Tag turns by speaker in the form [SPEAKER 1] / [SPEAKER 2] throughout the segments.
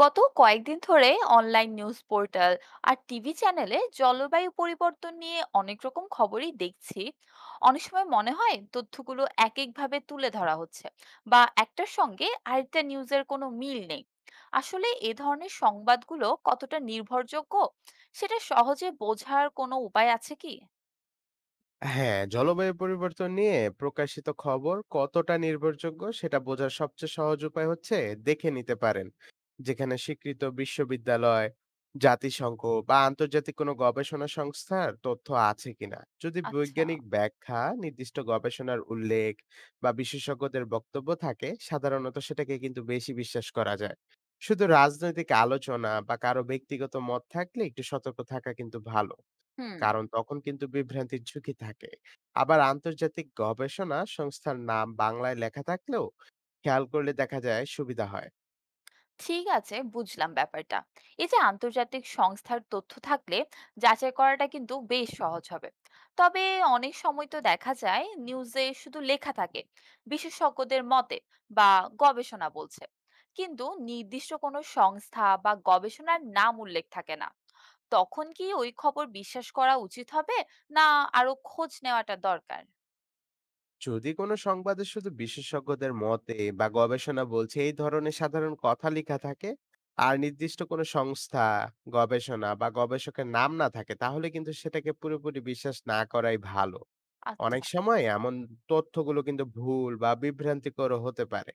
[SPEAKER 1] গত কয়েকদিন ধরে অনলাইন নিউজ পোর্টাল আর টিভি চ্যানেলে জলবায়ু পরিবর্তন নিয়ে অনেক রকম খবরই দেখছি। অনেক সময় মনে হয় তথ্যগুলো এক একভাবে তুলে ধরা হচ্ছে, বা একটার সঙ্গে আরেকটা নিউজের কোনো মিল নেই। আসলে এ ধরনের সংবাদগুলো কতটা নির্ভরযোগ্য, সেটা সহজে বোঝার কোনো উপায় আছে কি?
[SPEAKER 2] হ্যাঁ, জলবায়ু পরিবর্তন নিয়ে প্রকাশিত খবর কতটা নির্ভরযোগ্য সেটা বোঝার সবচেয়ে সহজ উপায় হচ্ছে দেখে নিতে পারেন যেখানে স্বীকৃত বিশ্ববিদ্যালয়, জাতিসংঘ বা আন্তর্জাতিক কোনো গবেষণা সংস্থার তথ্য আছে কিনা। যদি
[SPEAKER 1] আচ্ছা।
[SPEAKER 2] বৈজ্ঞানিক ব্যাখ্যা, নির্দিষ্ট গবেষণার উল্লেখ বা বিশেষজ্ঞদের বক্তব্য থাকে সাধারণত সেটাকে কিন্তু বেশি বিশ্বাস করা যায়। শুধু রাজনৈতিক আলোচনা বা কারো ব্যক্তিগত মত থাকলে একটু সতর্ক থাকা কিন্তু ভালো,
[SPEAKER 1] হুম।
[SPEAKER 2] কারণ তখন কিন্তু বিভ্রান্তির ঝুঁকি থাকে। আবার আন্তর্জাতিক গবেষণা সংস্থার নাম বাংলায় লেখা থাকলেও খেয়াল করলে দেখা যায় সুবিধা হয়।
[SPEAKER 1] ঠিক আছে, বুঝলাম ব্যাপারটা। এই যে আন্তর্জাতিক সংস্থার তথ্য থাকলে যাচাই করাটা কিন্তু বেশ সহজ হবে। তবে অনেক সময় তো দেখা যায় নিউজে শুধু লেখা থাকে বিশেষজ্ঞদের মতে বা গবেষণা বলছে, কিন্তু নির্দিষ্ট কোনো সংস্থা বা গবেষণার নাম উল্লেখ থাকে না। তখন কি ওই খবর বিশ্বাস করা উচিত হবে, না আরো খোঁজ নেওয়াটা দরকার?
[SPEAKER 2] যদি কোনো সংবাদে শুধু বিশেষজ্ঞদের মতে বা গবেষণা বলছে এই ধরনের সাধারণ কথা লেখা থাকে আর নির্দিষ্ট কোনো সংস্থা, গবেষণা বা গবেষকের নাম না থাকে তাহলে কিন্তু সেটাকে পুরোপুরি বিশ্বাস না করাই ভালো। অনেক
[SPEAKER 1] আচ্ছা।
[SPEAKER 2] সময় এমন তথ্যগুলো কিন্তু ভুল বা বিভ্রান্তিকর হতে পারে।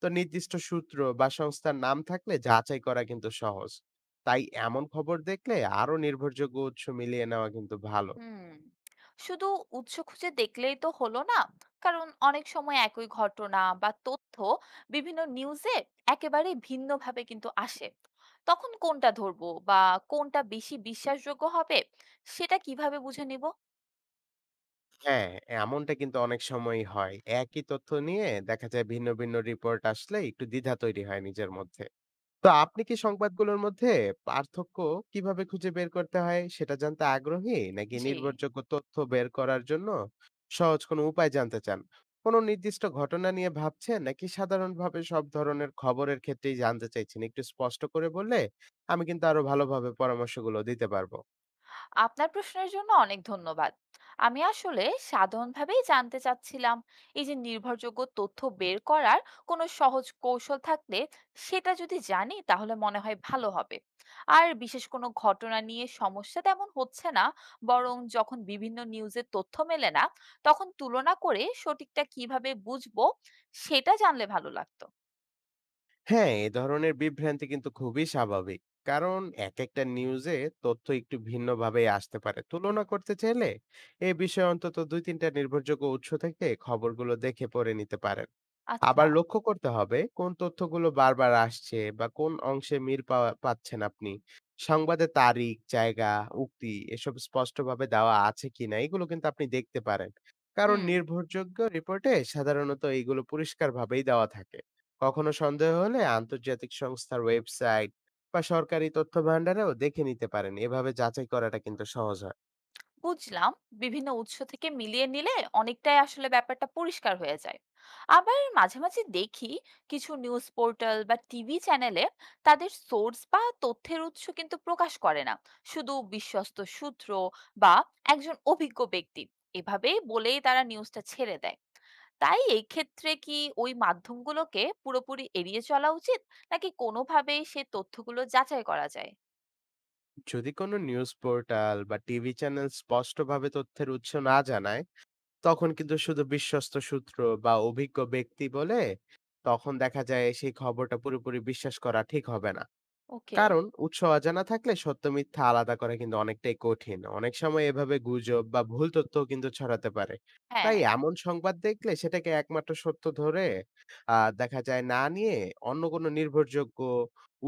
[SPEAKER 2] তো নির্দিষ্ট সূত্র বা সংস্থার নাম থাকলে যাচাই করা কিন্তু সহজ। তাই এমন খবর দেখলে আরো নির্ভরযোগ্য উৎস মিলিয়ে নেওয়া কিন্তু ভালো।
[SPEAKER 1] হুম। শুধু উৎস খুঁজে দেখলেই তো হলো না, কারণ অনেক সময় একই ঘটনা বা তথ্য বিভিন্ন নিউজে একেবারে ভিন্নভাবে কিন্তু আসে। তখন কোনটা ধরবো বা কোনটা বেশি বিশ্বাসযোগ্য হবে, সেটা কিভাবে বুঝে নিব?
[SPEAKER 2] হ্যাঁ, এমনটা কিন্তু অনেক সময়ই হয়। একই তথ্য নিয়ে দেখা যায় ভিন্ন ভিন্ন রিপোর্ট, আসলে একটু দ্বিধা তৈরি হয় নিজের মধ্যে। তো আপনি কি সংবাদগুলোর মধ্যে পার্থক্য কিভাবে খুঁজে বের করতে হয় সেটা জানতে আগ্রহী, নাকি
[SPEAKER 1] জি।
[SPEAKER 2] নির্ভরযোগ্য তথ্য বের করার জন্য সহজ কোনো উপায় জানতে চান? কোনো নির্দিষ্ট ঘটনা নিয়ে ভাবছেন নাকি সাধারণভাবে সব ধরনের খবরের ক্ষেত্রেই জানতে চাইছেন? একটু স্পষ্ট করে বললে আমি কিন্তু আরো ভালোভাবে পরামর্শগুলো দিতে পারবো।
[SPEAKER 1] আপনার প্রশ্নের জন্য অনেক ধন্যবাদ। আমি আসলে সাধারণভাবেই জানতে চাচ্ছিলাম, এই যে নির্ভরযোগ্য তথ্য বের করার কোনো সহজ কৌশল থাকলে সেটা যদি জানি তাহলে মনে হয় ভালো হবে। আর বিশেষ কোনো ঘটনা নিয়ে সমস্যা তেমন হচ্ছে না, বরং যখন বিভিন্ন নিউজের তথ্য মেলে না, তখন তুলনা করে সঠিকটা কিভাবে বুঝবো সেটা জানলে ভালো লাগতো।
[SPEAKER 2] হ্যাঁ, এ ধরনের বিভ্রান্তি কিন্তু খুবই স্বাভাবিক। কারণ একেকটা নিউজে তথ্য একটু ভিন্নভাবেই আসতে পারে। তুলনা করতে চাইলে এ বিষয়ে অন্তত ২-৩ টা নির্ভরযোগ্য উৎস থেকে খবরগুলো দেখে পড়ে নিতে পারেন।
[SPEAKER 1] আচ্ছা।
[SPEAKER 2] আবার লক্ষ্য করতে হবে কোন তথ্যগুলো বারবার আসছে বা কোন অংশে মিল পাচ্ছেন আপনি। সংবাদে তারিখ, জায়গা, উক্তি এসব স্পষ্টভাবে দেওয়া আছে কিনা এগুলো কিন্তু আপনি দেখতে পারেন। কারণ
[SPEAKER 1] হুম।
[SPEAKER 2] নির্ভরযোগ্য রিপোর্টে সাধারণত এগুলো পরিষ্কারভাবেই দেওয়া থাকে। কখনো সন্দেহ হলে আন্তর্জাতিক সংস্থার ওয়েবসাইট বা সরকারি তথ্য ভান্ডারেও দেখে নিতে পারেন। এভাবে যাচাই করাটা কিন্তু সহজ হয়।
[SPEAKER 1] বুঝলাম, বিভিন্ন উৎস থেকে মিলিয়ে নিলে অনেকটাই আসলে ব্যাপারটা পরিষ্কার হয়ে যায়। আবার মাঝে মাঝে দেখি কিছু নিউজ পোর্টাল বা টিভি চ্যানেলে তাদের সোর্স বা তথ্যের উৎস কিন্তু প্রকাশ করে না, শুধু বিশ্বস্ত সূত্র বা একজন অভিজ্ঞ ব্যক্তি এভাবেই বলেই তারা নিউজটা ছেড়ে দেয়। তাই এই ক্ষেত্রে কি ওই মাধ্যমগুলোকে পুরোপুরি এড়িয়ে চলা উচিত, নাকি কোনোভাবেই সে তথ্যগুলো যাচাই করা যায়?
[SPEAKER 2] যদি কোনো নিউজ পোর্টাল বা টিভি চ্যানেল স্পষ্টভাবে তথ্যের উৎস না জানায়, তখন কিন্তু শুধু বিশ্বস্ত সূত্র বা অভিজ্ঞ ব্যক্তি বলে তখন দেখা যায় সেই খবরটা পুরোপুরি বিশ্বাস করা ঠিক হবে না।
[SPEAKER 1] ওকে।
[SPEAKER 2] কারণ উৎস অজানা থাকলে সত্য মিথ্যা আলাদা করা কিন্তু অনেকটাই কঠিন, অনেক সময় এভাবে গুজব বা ভুল তথ্য কিন্তু ছড়াতে পারে। তাই
[SPEAKER 1] হ্যাঁ।
[SPEAKER 2] এমন সংবাদ দেখলে সেটাকে একমাত্র সত্য ধরে দেখা যায় না নিয়ে অন্য কোনো নির্ভরযোগ্য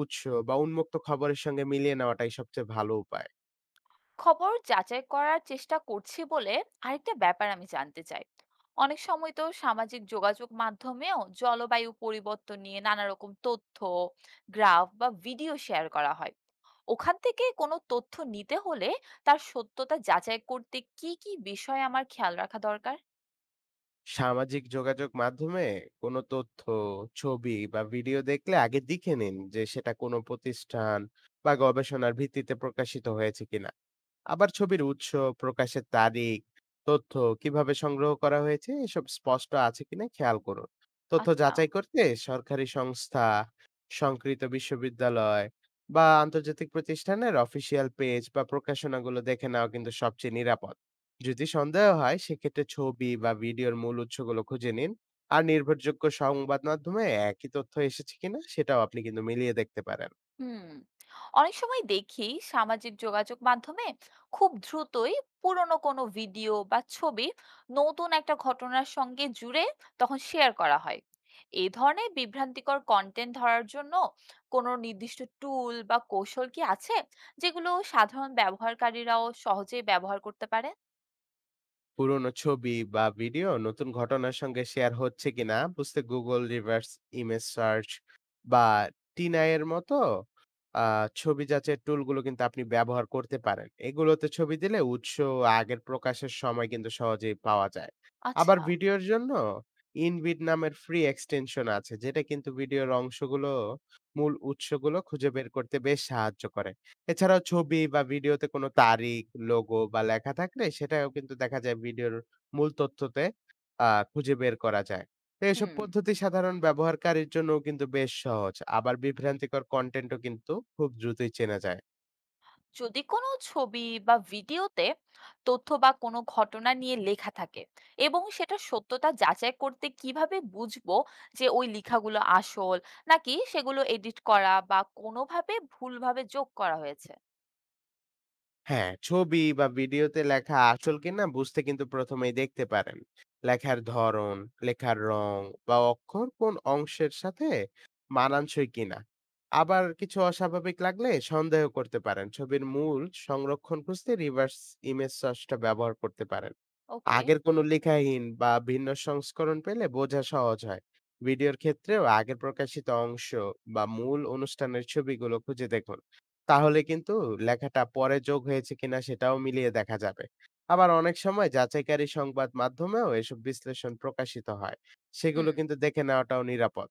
[SPEAKER 2] উৎস বা উন্মুক্ত খবরের সঙ্গে মিলিয়ে নেওয়াটাই সবচেয়ে ভালো উপায়।
[SPEAKER 1] খবর যাচাই করার চেষ্টা করছি বলে আরেকটা ব্যাপার আমি জানতে চাই। অনেক সময় তো সামাজিক যোগাযোগ মাধ্যমেও জলবায়ু পরিবর্তন নিয়ে নানা রকম তথ্য, গ্রাফ বা ভিডিও শেয়ার করা হয়। ওখান থেকে কোনো তথ্য নিতে হলে তার সত্যতা যাচাই করতে কি কি বিষয় আমার খেয়াল রাখা দরকার?
[SPEAKER 2] সামাজিক যোগাযোগ মাধ্যমে কোনো তথ্য, ছবি বা ভিডিও দেখলে আগে দেখে নিন যে সেটা কোনো প্রতিষ্ঠান বা গবেষণার ভিত্তিতে প্রকাশিত হয়েছে কিনা। আবার ছবির উৎস, প্রকাশের তারিখ, তথ্য কিভাবে সংগ্রহ করা হয়েছে এসব স্পষ্ট আছে কিনা খেয়াল করুন। তথ্য
[SPEAKER 1] আচ্ছা।
[SPEAKER 2] যাচাই করতে সরকারি সংস্থা, সংকৃত বিশ্ববিদ্যালয় বা আন্তর্জাতিক প্রতিষ্ঠানের অফিসিয়াল পেজ বা প্রকাশনাগুলো দেখে নেওয়া কিন্তু সবচেয়ে নিরাপদ। যদি সন্দেহ হয় সেক্ষেত্রে ছবি বা ভিডিওর মূল উৎসগুলো খুঁজে নিন আর নির্ভরযোগ্য সংবাদ মাধ্যমে একই তথ্য এসেছে কিনা সেটাও আপনি কিন্তু মিলিয়ে দেখতে পারেন।
[SPEAKER 1] হুম। অনেক সময় দেখি সামাজিক যোগাযোগ মাধ্যমে খুব দ্রুতই পুরনো কোনো ভিডিও বা ছবি নতুন একটা ঘটনার সঙ্গে জুড়ে তখন শেয়ার করা হয়। এই ধরনের বিভ্রান্তিকর কন্টেন্ট ধরার জন্য কোনো নির্দিষ্ট টুল বা কৌশল কি আছে, যেগুলো সাধারণ ব্যবহারকারীরাও সহজেই ব্যবহার করতে পারে?
[SPEAKER 2] পুরোনো ছবি বা ভিডিও নতুন ঘটনার সঙ্গে শেয়ার হচ্ছে কিনা বুঝতে গুগল রিভার্স ইমেজ সার্চ বা টিনাই এর মতো ছবি যাচাইয়ের টুলগুলো কিন্তু আপনি ব্যবহার করতে পারেন। এগুলোতে ছবি দিলে উৎস ও আগের প্রকাশের সময় কিন্তু সহজেই পাওয়া যায়। আবার
[SPEAKER 1] আচ্ছা।
[SPEAKER 2] ভিডিওর জন্য ইনবিড নামের ফ্রি এক্সটেনশন আছে, যেটা কিন্তু ভিডিওর অংশগুলো, মূল উৎসগুলো খুঁজে বের করতে বেশ সাহায্য করে। এছাড়াও ছবি বা ভিডিওতে কোনো তারিখ, লোগো বা লেখা থাকলে সেটাও কিন্তু দেখা যায় ভিডিওর মূল তথ্যতে খুঁজে বের করা যায়। তো এসব
[SPEAKER 1] হুম।
[SPEAKER 2] পদ্ধতি সাধারণ ব্যবহারকারীর জন্যও কিন্তু বেশ সহজ। আবার বিভ্রান্তিকর কনটেন্টও কিন্তু খুব দ্রুতই চেনা যায়।
[SPEAKER 1] যদি কোনো ছবি বা ভিডিওতে তথ্য বা কোনো ঘটনা নিয়ে লেখা থাকে, এবং সেটা সত্যতা যাচাই করতে কিভাবে বুঝবো যে ওই লেখাগুলো আসল, নাকি সেগুলো এডিট করা বা কোনোভাবে ভুলভাবে যোগ করা হয়েছে?
[SPEAKER 2] হ্যাঁ, ছবি বা ভিডিওতে লেখা আসল কিনা বুঝতে কিন্তু প্রথমেই দেখতে পারেন লেখার ধরন, লেখার রং বা অক্ষর কোন অংশের সাথে মানানসই কিনা। আবার কিছু অস্বাভাবিক লাগলে সন্দেহ করতে পারেন। ছবির মূল সংরক্ষণ খুঁজতে রিভার্স ইমেজ সার্চটা ব্যবহার করতে পারেন।
[SPEAKER 1] ওকে।
[SPEAKER 2] আগের কোনো লেখাহীন বা ভিন্ন সংস্করণ পেলে বোঝা সহজ হয়। ভিডিওর ক্ষেত্রেও আগের প্রকাশিত অংশ বা মূল অনুষ্ঠানের ছবিগুলো খুঁজে দেখুন, তাহলে কিন্তু লেখাটা পরে যোগ হয়েছে কিনা সেটাও মিলিয়ে দেখা যাবে। আবার অনেক সময় যাচাইকারী সংবাদ মাধ্যমেও এসব বিশ্লেষণ প্রকাশিত হয়। সেগুলো
[SPEAKER 1] হুম।
[SPEAKER 2] কিন্তু দেখে নেওয়াটাও নিরাপদ।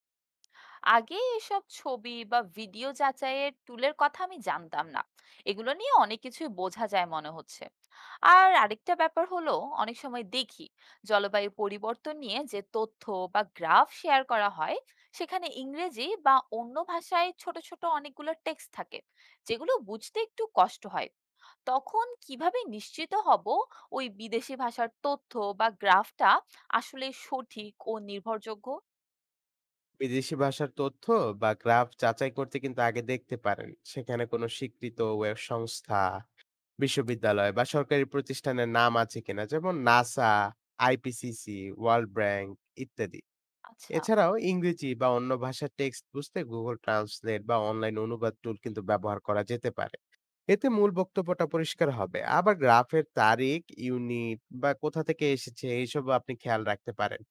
[SPEAKER 1] আগে এসব ছবি বা ভিডিও যাচাইয়ের টুলের কথা আমি জানতাম না, এগুলো নিয়ে অনেক কিছুই বোঝা যায় মনে হচ্ছে। আর আরেকটা ব্যাপার হলো, অনেক সময় দেখি জলবায়ু পরিবর্তন নিয়ে যে তথ্য বা গ্রাফ শেয়ার করা হয় সেখানে ইংরেজি বা অন্য ভাষায় ছোট ছোট অনেকগুলো টেক্সট থাকে, যেগুলো বুঝতে একটু কষ্ট হয়। তখন কিভাবে নিশ্চিত হব ওই বিদেশি ভাষার তথ্য বা গ্রাফটা আসলে সঠিক ও নির্ভরযোগ্য?
[SPEAKER 2] বিদেশি ভাষার তথ্য বা গ্রাফ যাচাই করতে কিন্তু আগে দেখতে পারেন। সেখানে কোনো স্বীকৃত ওয়েব সংস্থা, বিশ্ববিদ্যালয় বা সরকারি প্রতিষ্ঠানের নাম আছে কিনা, যেমন নাসা, আইপিসিসি, ওয়ার্ল্ড ব্যাংক ইত্যাদি।
[SPEAKER 1] আচ্ছা।
[SPEAKER 2] এছাড়াও ইংরেজি বা অন্য ভাষার টেক্সট বুঝতে গুগল ট্রান্সলেট বা অনলাইন অনুবাদ টুল কিন্তু ব্যবহার করা যেতে পারে। এতে মূল বক্তব্যটা পরিষ্কার হবে। আবার গ্রাফের তারিখ, ইউনিট বা কোথা থেকে এসেছে এইসব আপনি খেয়াল রাখতে পারেন।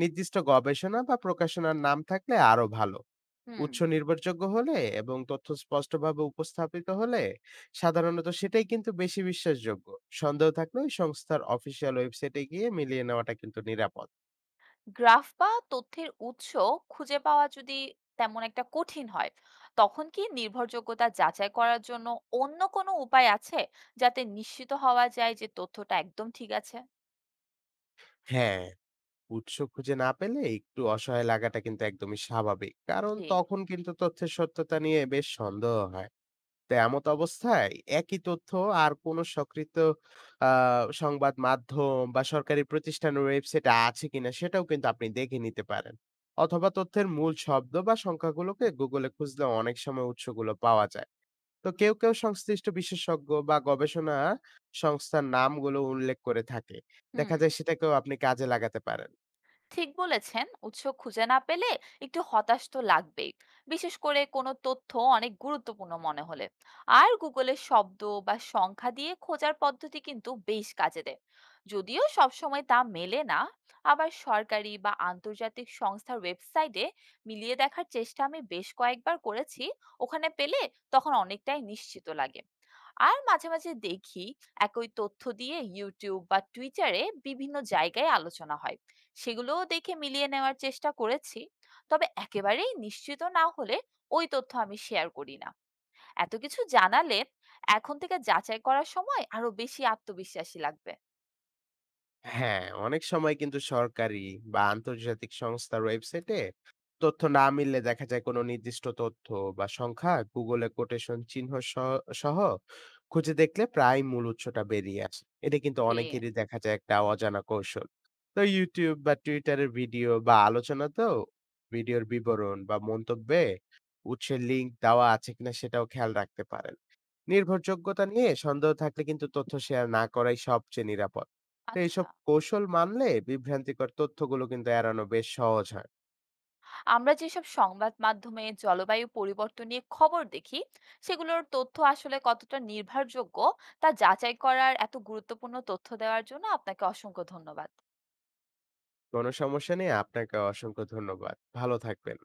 [SPEAKER 2] নির্দিষ্ট গবেষণা বা প্রকাশনার নাম থাকলে আরো ভালো।
[SPEAKER 1] হুম।
[SPEAKER 2] উৎস নির্ভরযোগ্য হলে এবং তথ্য স্পষ্টভাবে উপস্থাপিত হলে সাধারণত সেটাই কিন্তু বেশি বিশ্বাসযোগ্য। সন্দেহ থাকলে ওই সংস্থার অফিসিয়াল ওয়েবসাইটে গিয়ে মিলিয়ে নেওয়াটা কিন্তু নিরাপদ।
[SPEAKER 1] গ্রাফ বা তথ্যের উৎস খুঁজে পাওয়া যদি তেমন একটা কঠিন হয়, তখন কি নির্ভরযোগ্যতা যাচাই করার জন্য অন্য কোনো উপায় আছে, যাতে নিশ্চিত হওয়া যায় যে তথ্যটা একদম ঠিক আছে?
[SPEAKER 2] হ্যাঁ, উৎস খুঁজে না পেলে একটু অসহায় লাগাটা কিন্তু একদমই স্বাভাবিক, কারণ
[SPEAKER 1] জি।
[SPEAKER 2] তখন কিন্তু তথ্যের সত্যতা নিয়ে বেশ সন্দেহ হয়। তো এমত অবস্থায় একই তথ্য আর কোন স্বীকৃত সংবাদ মাধ্যম বা সরকারি প্রতিষ্ঠানের ওয়েবসাইটে আছে কিনা সেটাও কিন্তু আপনি দেখে নিতে পারেন। অথবা তথ্যের মূল শব্দ বা সংখ্যাগুলোকে গুগলে খুঁজলে অনেক সময় উৎসগুলো পাওয়া যায়। তো কেউ কেউ সংশ্লিষ্ট বিশেষজ্ঞ বা গবেষণা সংস্থার নামগুলো উল্লেখ করে থাকে, দেখা
[SPEAKER 1] হুম।
[SPEAKER 2] যায় সেটাকেও আপনি কাজে লাগাতে পারেন।
[SPEAKER 1] ঠিক বলেছেন, উৎস খুঁজে না পেলে একটু হতাশ তো লাগবেই, বিশেষ করে কোনো তথ্য অনেক গুরুত্বপূর্ণ মনে হলে। আর গুগলের শব্দ বা সংখ্যা দিয়ে খোঁজার পদ্ধতি কিন্তু বেশ কাজে দেয়, যদিও সবসময় তা মেলে না। আবার সরকারি বা আন্তর্জাতিক সংস্থার ওয়েবসাইটে মিলিয়ে দেখার চেষ্টা আমি বেশ কয়েকবার করেছি, ওখানে পেলে তখন অনেকটাই নিশ্চিত লাগে। আর মাঝে মাঝে দেখি একই তথ্য দিয়ে ইউটিউব বা টুইটারে বিভিন্ন জায়গায় আলোচনা হয়, সেগুলোও দেখে মিলিয়ে নেওয়ার চেষ্টা করেছি। তবে একেবারেই নিশ্চিত না হলে ওই তথ্য আমি শেয়ার করি না। এত কিছু জানালে এখন থেকে যাচাই করার সময় আরো বেশি আত্মবিশ্বাসী লাগবে।
[SPEAKER 2] হ্যাঁ, অনেক সময় কিন্তু সরকারি বা আন্তর্জাতিক সংস্থার ওয়েবসাইটে তথ্য না মিললে দেখা যায় কোনো নির্দিষ্ট তথ্য বা সংখ্যা গুগলে কোটেশন চিহ্ন সহ খুঁজে দেখলে প্রায় মূল উৎসটা বেরিয়ে আসে। এটা কিন্তু
[SPEAKER 1] জি।
[SPEAKER 2] অনেকেরই দেখা যায় একটা অজানা কৌশল। তো ইউটিউব বা টুইটারের ভিডিও বা আলোচনাতেও ভিডিওর বিবরণ বা মন্তব্যে উৎসের লিঙ্ক দেওয়া আছে কিনা সেটাও খেয়াল রাখতে পারেন। নির্ভরযোগ্যতা নিয়ে সন্দেহ থাকলে কিন্তু তথ্য শেয়ার না করাই সবচেয়ে নিরাপদ। তো এইসব
[SPEAKER 1] আচ্ছা,
[SPEAKER 2] কৌশল মানলে বিভ্রান্তিকর তথ্যগুলো কিন্তু এড়ানো বেশ সহজ হয়।
[SPEAKER 1] আমরা যেসব সংবাদ মাধ্যমে জলবায়ু পরিবর্তন নিয়ে খবর দেখি সেগুলোর তথ্য আসলে কতটা নির্ভরযোগ্য তা যাচাই করার এত গুরুত্বপূর্ণ তথ্য দেওয়ার জন্য আপনাকে অসংখ্য ধন্যবাদ।
[SPEAKER 2] কোনো সমস্যা নেই, আপনাকে অসংখ্য ধন্যবাদ, ভালো থাকবেন।